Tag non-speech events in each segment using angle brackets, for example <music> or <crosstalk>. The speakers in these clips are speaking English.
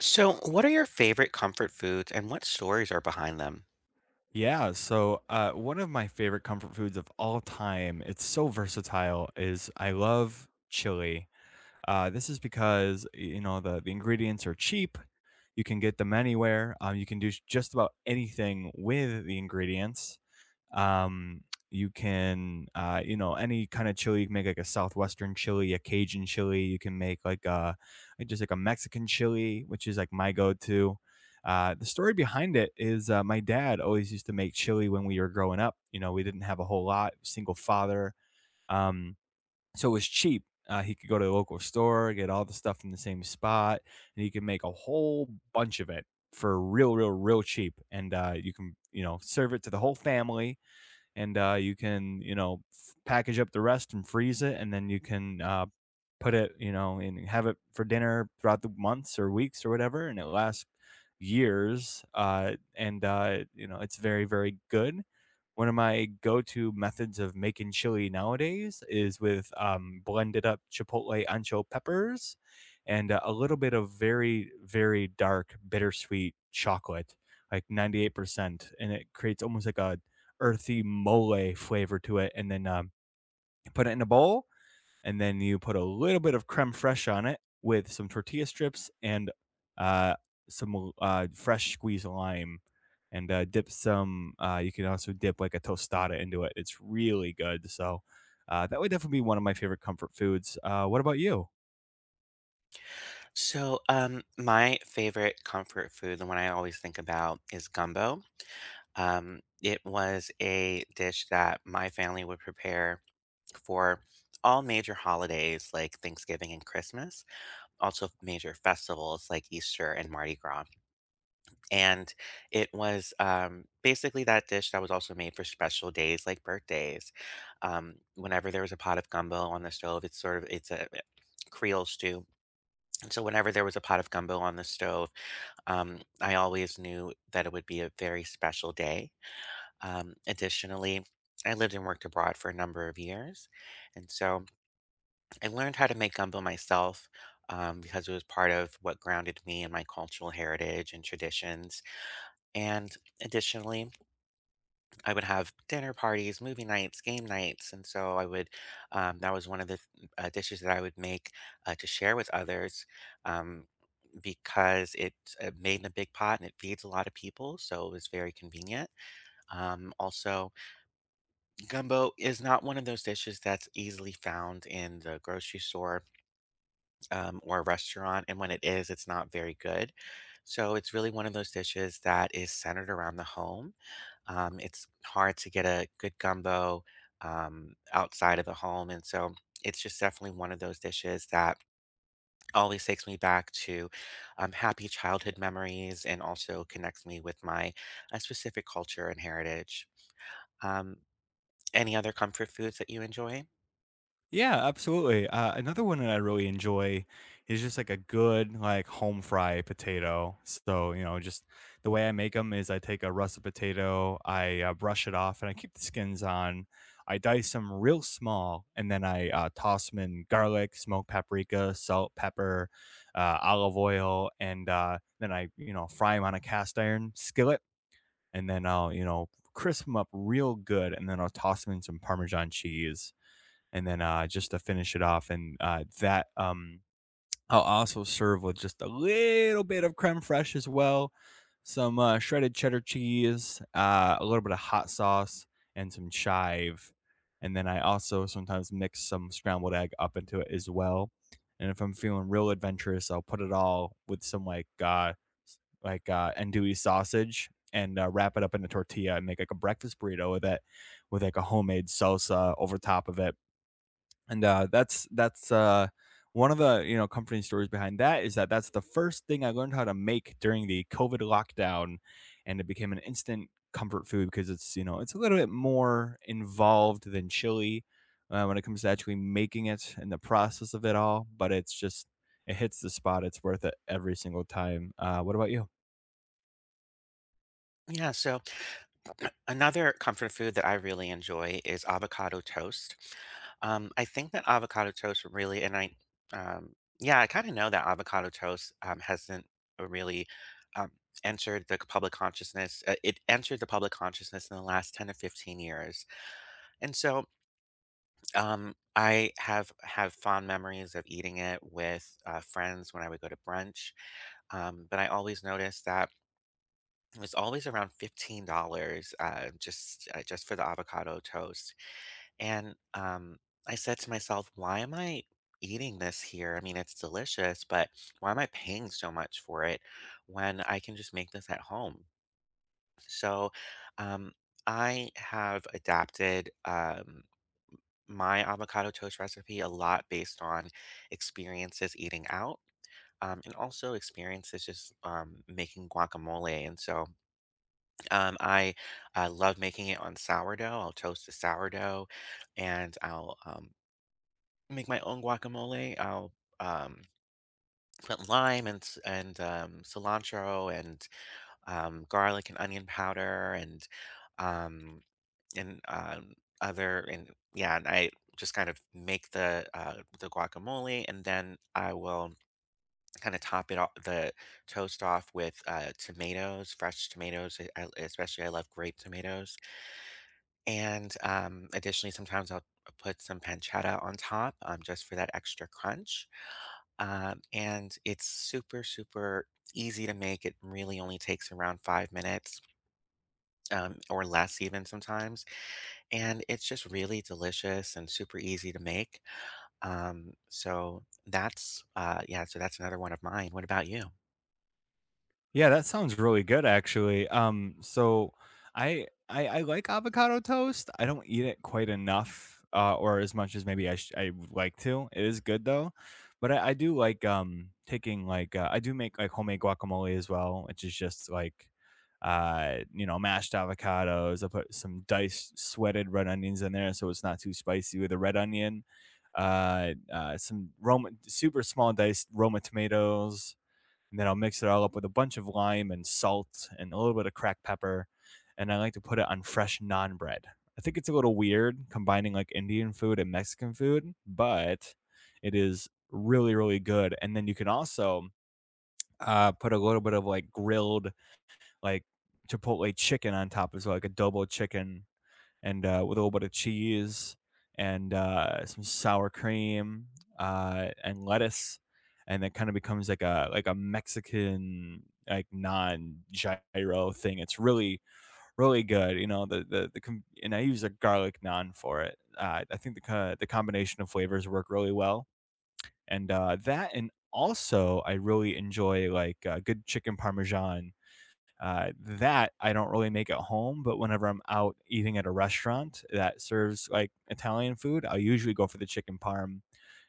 So, what are your favorite comfort foods and what stories are behind them? Yeah, so one of my favorite comfort foods of all time, it's so versatile, is I love chili. This is because you know the ingredients are cheap. You can get them anywhere. You can do just about anything with the ingredients um you can you know any kind of chili. You can make like a southwestern chili, a cajun chili. You can make like a just like a mexican chili, which is like my go-to. The story behind it is my dad always used to make chili when we were growing up. You know, we didn't have a whole lot, single father. um so it was cheap. He could go to the local store, get all the stuff in the same spot, and he could make a whole bunch of it for real real real cheap. And you can, you know, serve it to the whole family, and you can, you know, package up the rest and freeze it, and then you can put it, you know, and have it for dinner throughout the months or weeks or whatever, and it lasts years. And you know it's very very good. One of my go-to methods of making chili nowadays is with blended up chipotle ancho peppers and a little bit of very very dark bittersweet chocolate like 98%, and it creates almost like a earthy mole flavor to it, and then put it in a bowl, and then you put a little bit of creme fraiche on it with some tortilla strips and uh, some fresh squeezed lime, and dip some. You can also dip like a tostada into it. It's really good. So that would definitely be one of my favorite comfort foods. What about you? So, my favorite comfort food, the one I always think about, is gumbo. It was a dish that my family would prepare for all major holidays like Thanksgiving and Christmas, also major festivals like Easter and Mardi Gras. And it was, basically that dish that was also made for special days like birthdays. Whenever there was a pot of gumbo on the stove, it's sort of it's a eh, Creole stew. And so whenever there was a pot of gumbo on the stove, I always knew that it would be a very special day. Additionally, I lived and worked abroad for a number of years, and so I learned how to make gumbo myself. Because it was part of what grounded me in my cultural heritage and traditions. And additionally, I would have dinner parties, movie nights, game nights, and so I would. That was one of the dishes that I would make to share with others, um, because it's made in a big pot and it feeds a lot of people, so it was very convenient. Also, gumbo is not one of those dishes that's easily found in the grocery store or a restaurant, and when it is, it's not very good. So it's really one of those dishes that is centered around the home, it's hard to get a good gumbo outside of the home. And so it's just definitely one of those dishes that always takes me back to happy childhood memories and also connects me with my specific culture and heritage. Um, any other comfort foods that you enjoy? Yeah, absolutely. Another one that I really enjoy is just like a good like home fry potato. So you know, just the way I make them is I take a russet potato, I brush it off, and I keep the skins on. I dice them real small, and then I toss them in garlic, smoked paprika, salt, pepper, olive oil, and then I, you know, fry them on a cast iron skillet, and then I'll, you know, crisp them up real good, and then I'll toss them in some Parmesan cheese and then just to finish it off, and that I'll also serve with just a little bit of creme fraiche as well, some shredded cheddar cheese, a little bit of hot sauce, and some chive. And then I also sometimes mix some scrambled egg up into it as well. And if I'm feeling real adventurous, I'll put it all with some like andouille sausage and wrap it up in a tortilla and make like a breakfast burrito with it, with like a homemade salsa over top of it, and that's one of the, you know, comforting stories behind that is that's the first thing I learned how to make during the COVID lockdown, and it became an instant comfort food because it's, you know, it's a little bit more involved than chili when it comes to actually making it and the process of it all. But it's just it hits the spot. It's worth it every single time. What about you? Yeah, so another comfort food that I really enjoy is avocado toast. I think that avocado toast really, and I, um, yeah, I kind of know that avocado toast hasn't really um, entered the public consciousness. It entered the public consciousness in the last 10 to 15 years. And so I have fond memories of eating it with friends when I would go to brunch. But I always noticed that it was always around $15, just for the avocado toast. And, I said to myself, "Why am I eating this here? I mean, it's delicious, but why am I paying so much for it when I can just make this at home?" So, um, I have adapted, my avocado toast recipe a lot based on experiences eating out, and also experiences just, making guacamole, and so I love making it on sourdough. I'll toast the sourdough, and I'll make my own guacamole. I'll um, put lime and cilantro and garlic and onion powder um, and other and yeah, and I just kind of make the the guacamole, and then I will kind of top it off the toast off with tomatoes, fresh tomatoes. Especially I love grape tomatoes. And additionally, sometimes I'll put some pancetta on top just for that extra crunch. And it's super, super easy to make. It really only takes around 5 minutes or less, even sometimes. And it's just really delicious and super easy to make. So that's another one of mine. What about you? Yeah, that sounds really good actually. So I like avocado toast. I don't eat it quite enough, or as much as maybe I I would like to. It is good though, but I do like taking like I do make like homemade guacamole as well, which is just like you know mashed avocados. I put some diced sweated red onions in there, so it's not too spicy with a red onion. Uh, some Roma, super small diced Roma tomatoes, and then I'll mix it all up with a bunch of lime and salt and a little bit of cracked pepper, and I like to put it on fresh naan bread. I think it's a little weird combining like Indian food and Mexican food, but it is really really good. And then you can also put a little bit of like grilled like chipotle chicken on top as well, like adobo chicken, and with a little bit of cheese and some sour cream, and lettuce, and that kind of becomes like a Mexican non gyro thing. It's really really good. You know and I use a garlic naan for it. I think the combination of flavors work really well, and that, and also I really enjoy like good chicken parmesan that I don't really make at home, but whenever I'm out eating at a restaurant that serves like Italian food, I'll usually go for the chicken parm,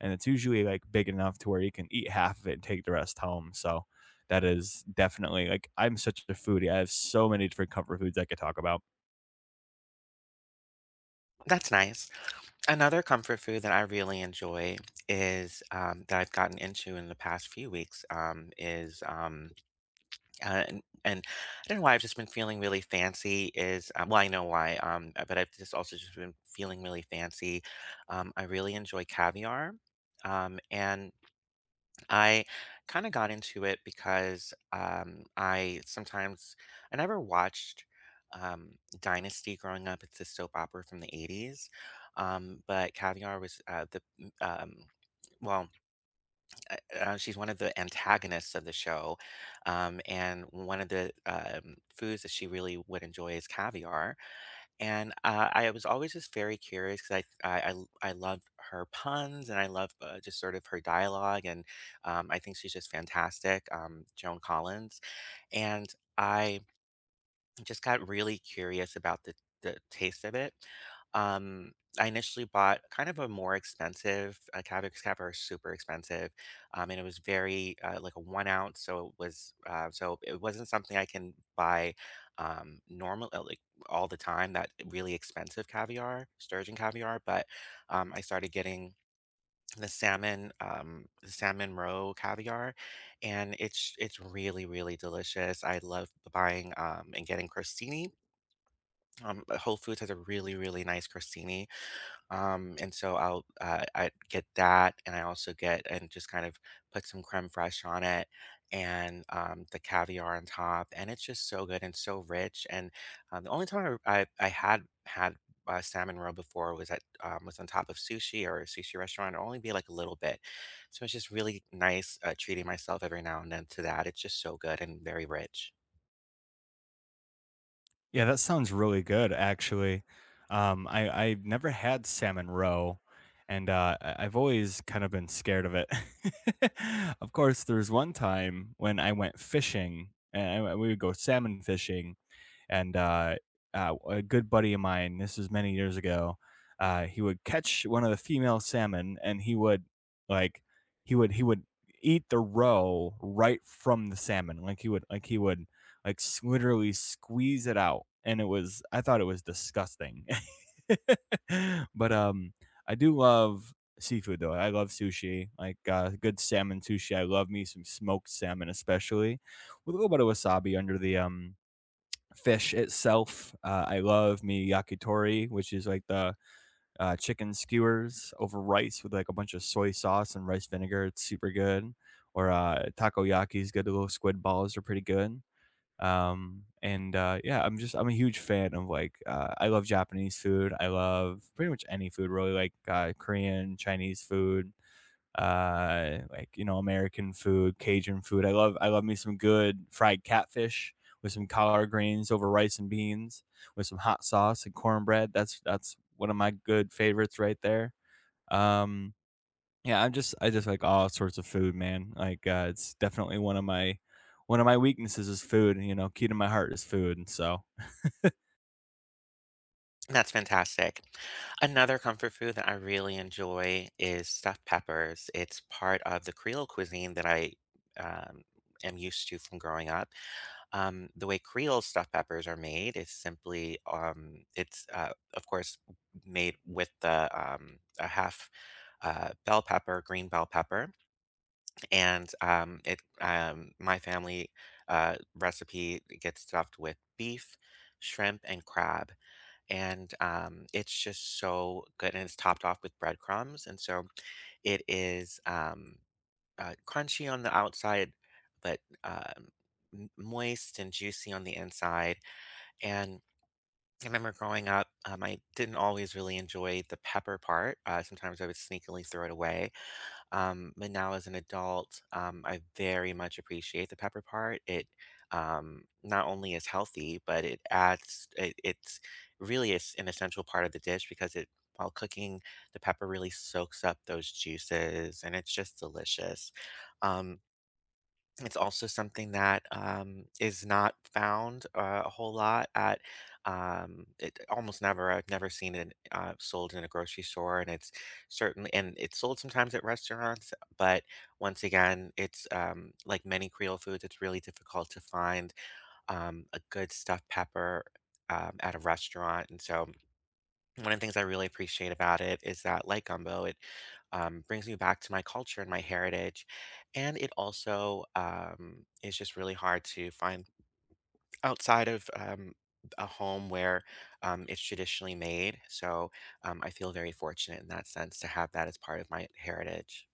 and it's usually like big enough to where you can eat half of it and take the rest home. So that is definitely like I'm such a foodie. I have so many different comfort foods I could talk about. That's nice. Another comfort food that I really enjoy is that I've gotten into in the past few weeks is. And I don't know why I've just been feeling really fancy is well I know why but I've just also just been feeling really fancy. I really enjoy caviar. And I kind of got into it because I sometimes I never watched um, Dynasty growing up. It's a soap opera from the 80's. But caviar was the um, well she's one of the antagonists of the show, and one of the foods that she really would enjoy is caviar. And I was always just very curious because I love her puns and I love just sort of her dialogue, and I think she's just fantastic, Joan Collins. And I just got really curious about the taste of it. Um, I initially bought kind of a more expensive Cabbage Caviar, is super expensive, and it was very like a 1 ounce, so it was so it wasn't something I can buy normal like all the time. That really expensive caviar, sturgeon caviar, but I started getting the salmon roe caviar, and it's really really delicious. I love buying and getting crostini. Whole Foods has a really really nice crostini, and so I'll I get that and I also get and just kind of put some creme fraiche on it and the caviar on top, and it's just so good and so rich. And the only time I had had salmon roe before was at was on top of sushi or a sushi restaurant. It'll only be like a little bit, so it's just really nice treating myself every now and then to that. It's just so good and very rich. Yeah, that sounds really good, actually. I never had salmon roe, and I've always kind of been scared of it. <laughs> Of course, there was one time when I went fishing, and we would go salmon fishing, and a good buddy of mine, this is many years ago, he would catch one of the female salmon, and he would like he would he would eat the roe right from the salmon, like he would like he would like s- literally squeeze it out, and it was I thought it was disgusting, <laughs> but I do love seafood though. I love sushi, like good salmon sushi. I love me some smoked salmon, especially with a little bit of wasabi under the fish itself. I love me yakitori, which is like the chicken skewers over rice with like a bunch of soy sauce and rice vinegar. It's super good. Or takoyaki is good. The little squid balls are pretty good. And yeah, I'm a huge fan of like I love Japanese food. I love pretty much any food really, like Korean, Chinese food, like you know american food, cajun food. I love I love me some good fried catfish with some collard greens over rice and beans with some hot sauce and cornbread. That's one of my good favorites right there. um yeah, I just like all sorts of food, man. Like it's definitely one of my weaknesses is food. You know, key to my heart is food, and so. That's fantastic. Another comfort food that I really enjoy is stuffed peppers. It's part of the Creole cuisine that I um, am used to from growing up. The way Creole stuffed peppers are made is simply, it's of course made with the a half bell pepper, green bell pepper, and it my family recipe gets stuffed with beef, shrimp, and crab, and it's just so good, and it's topped off with breadcrumbs, and so it is. Crunchy on the outside, but moist and juicy on the inside. And I remember growing up, I didn't always really enjoy the pepper part. Sometimes I would sneakily throw it away. But now, as an adult, I very much appreciate the pepper part. It not only is healthy, but it's really is an essential part of the dish because it, while cooking, the pepper really soaks up those juices and it's just delicious. Um, it's also something that is not found a whole lot at it almost never. I've never seen it sold in a grocery store, and it's certainly and it's sold sometimes at restaurants. But once again, it's like many Creole foods. It's really difficult to find a good stuffed pepper at a restaurant, and so one of the things I really appreciate about it is that, like gumbo, it brings me back to my culture and my heritage. And it also is just really hard to find outside of a home where it's traditionally made. So I feel very fortunate in that sense to have that as part of my heritage.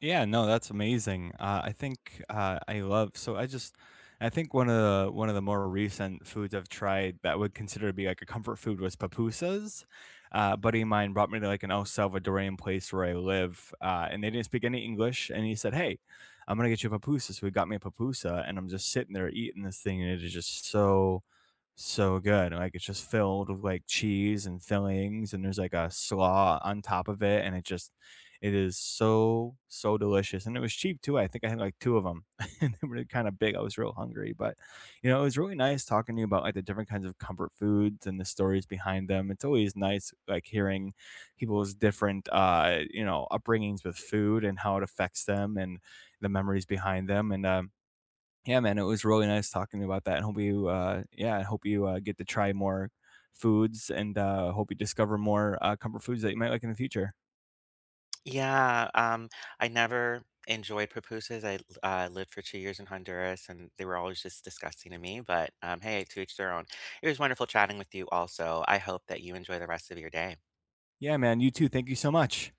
Yeah, no, that's amazing. I think I love so I just I think one of the more recent foods I've tried that would consider to be like a comfort food was pupusas. A buddy of mine brought me to like an El Salvadorian place where I live, and they didn't speak any English. And he said, "Hey, I'm gonna get you a pupusa." So he got me a pupusa, and I'm just sitting there eating this thing, and it is just so so good. Like it's just filled with like cheese and fillings, and there's like a slaw on top of it, and it just it is so so delicious. And it was cheap too. I think I had like two of them, <laughs> and they were kind of big. I was real hungry, but you know it was really nice talking to you about like the different kinds of comfort foods and the stories behind them. It's always nice like hearing people's different you know upbringings with food and how it affects them and the memories behind them. And yeah, man, it was really nice talking about that. And hope you, yeah, I hope you get to try more foods, and hope you discover more comfort foods that you might like in the future. Yeah, I never enjoyed pupusas. I lived for 2 years in Honduras, and they were always just disgusting to me. But hey, to each their own. It was wonderful chatting with you. Also, I hope that you enjoy the rest of your day. Yeah, man, you too. Thank you so much.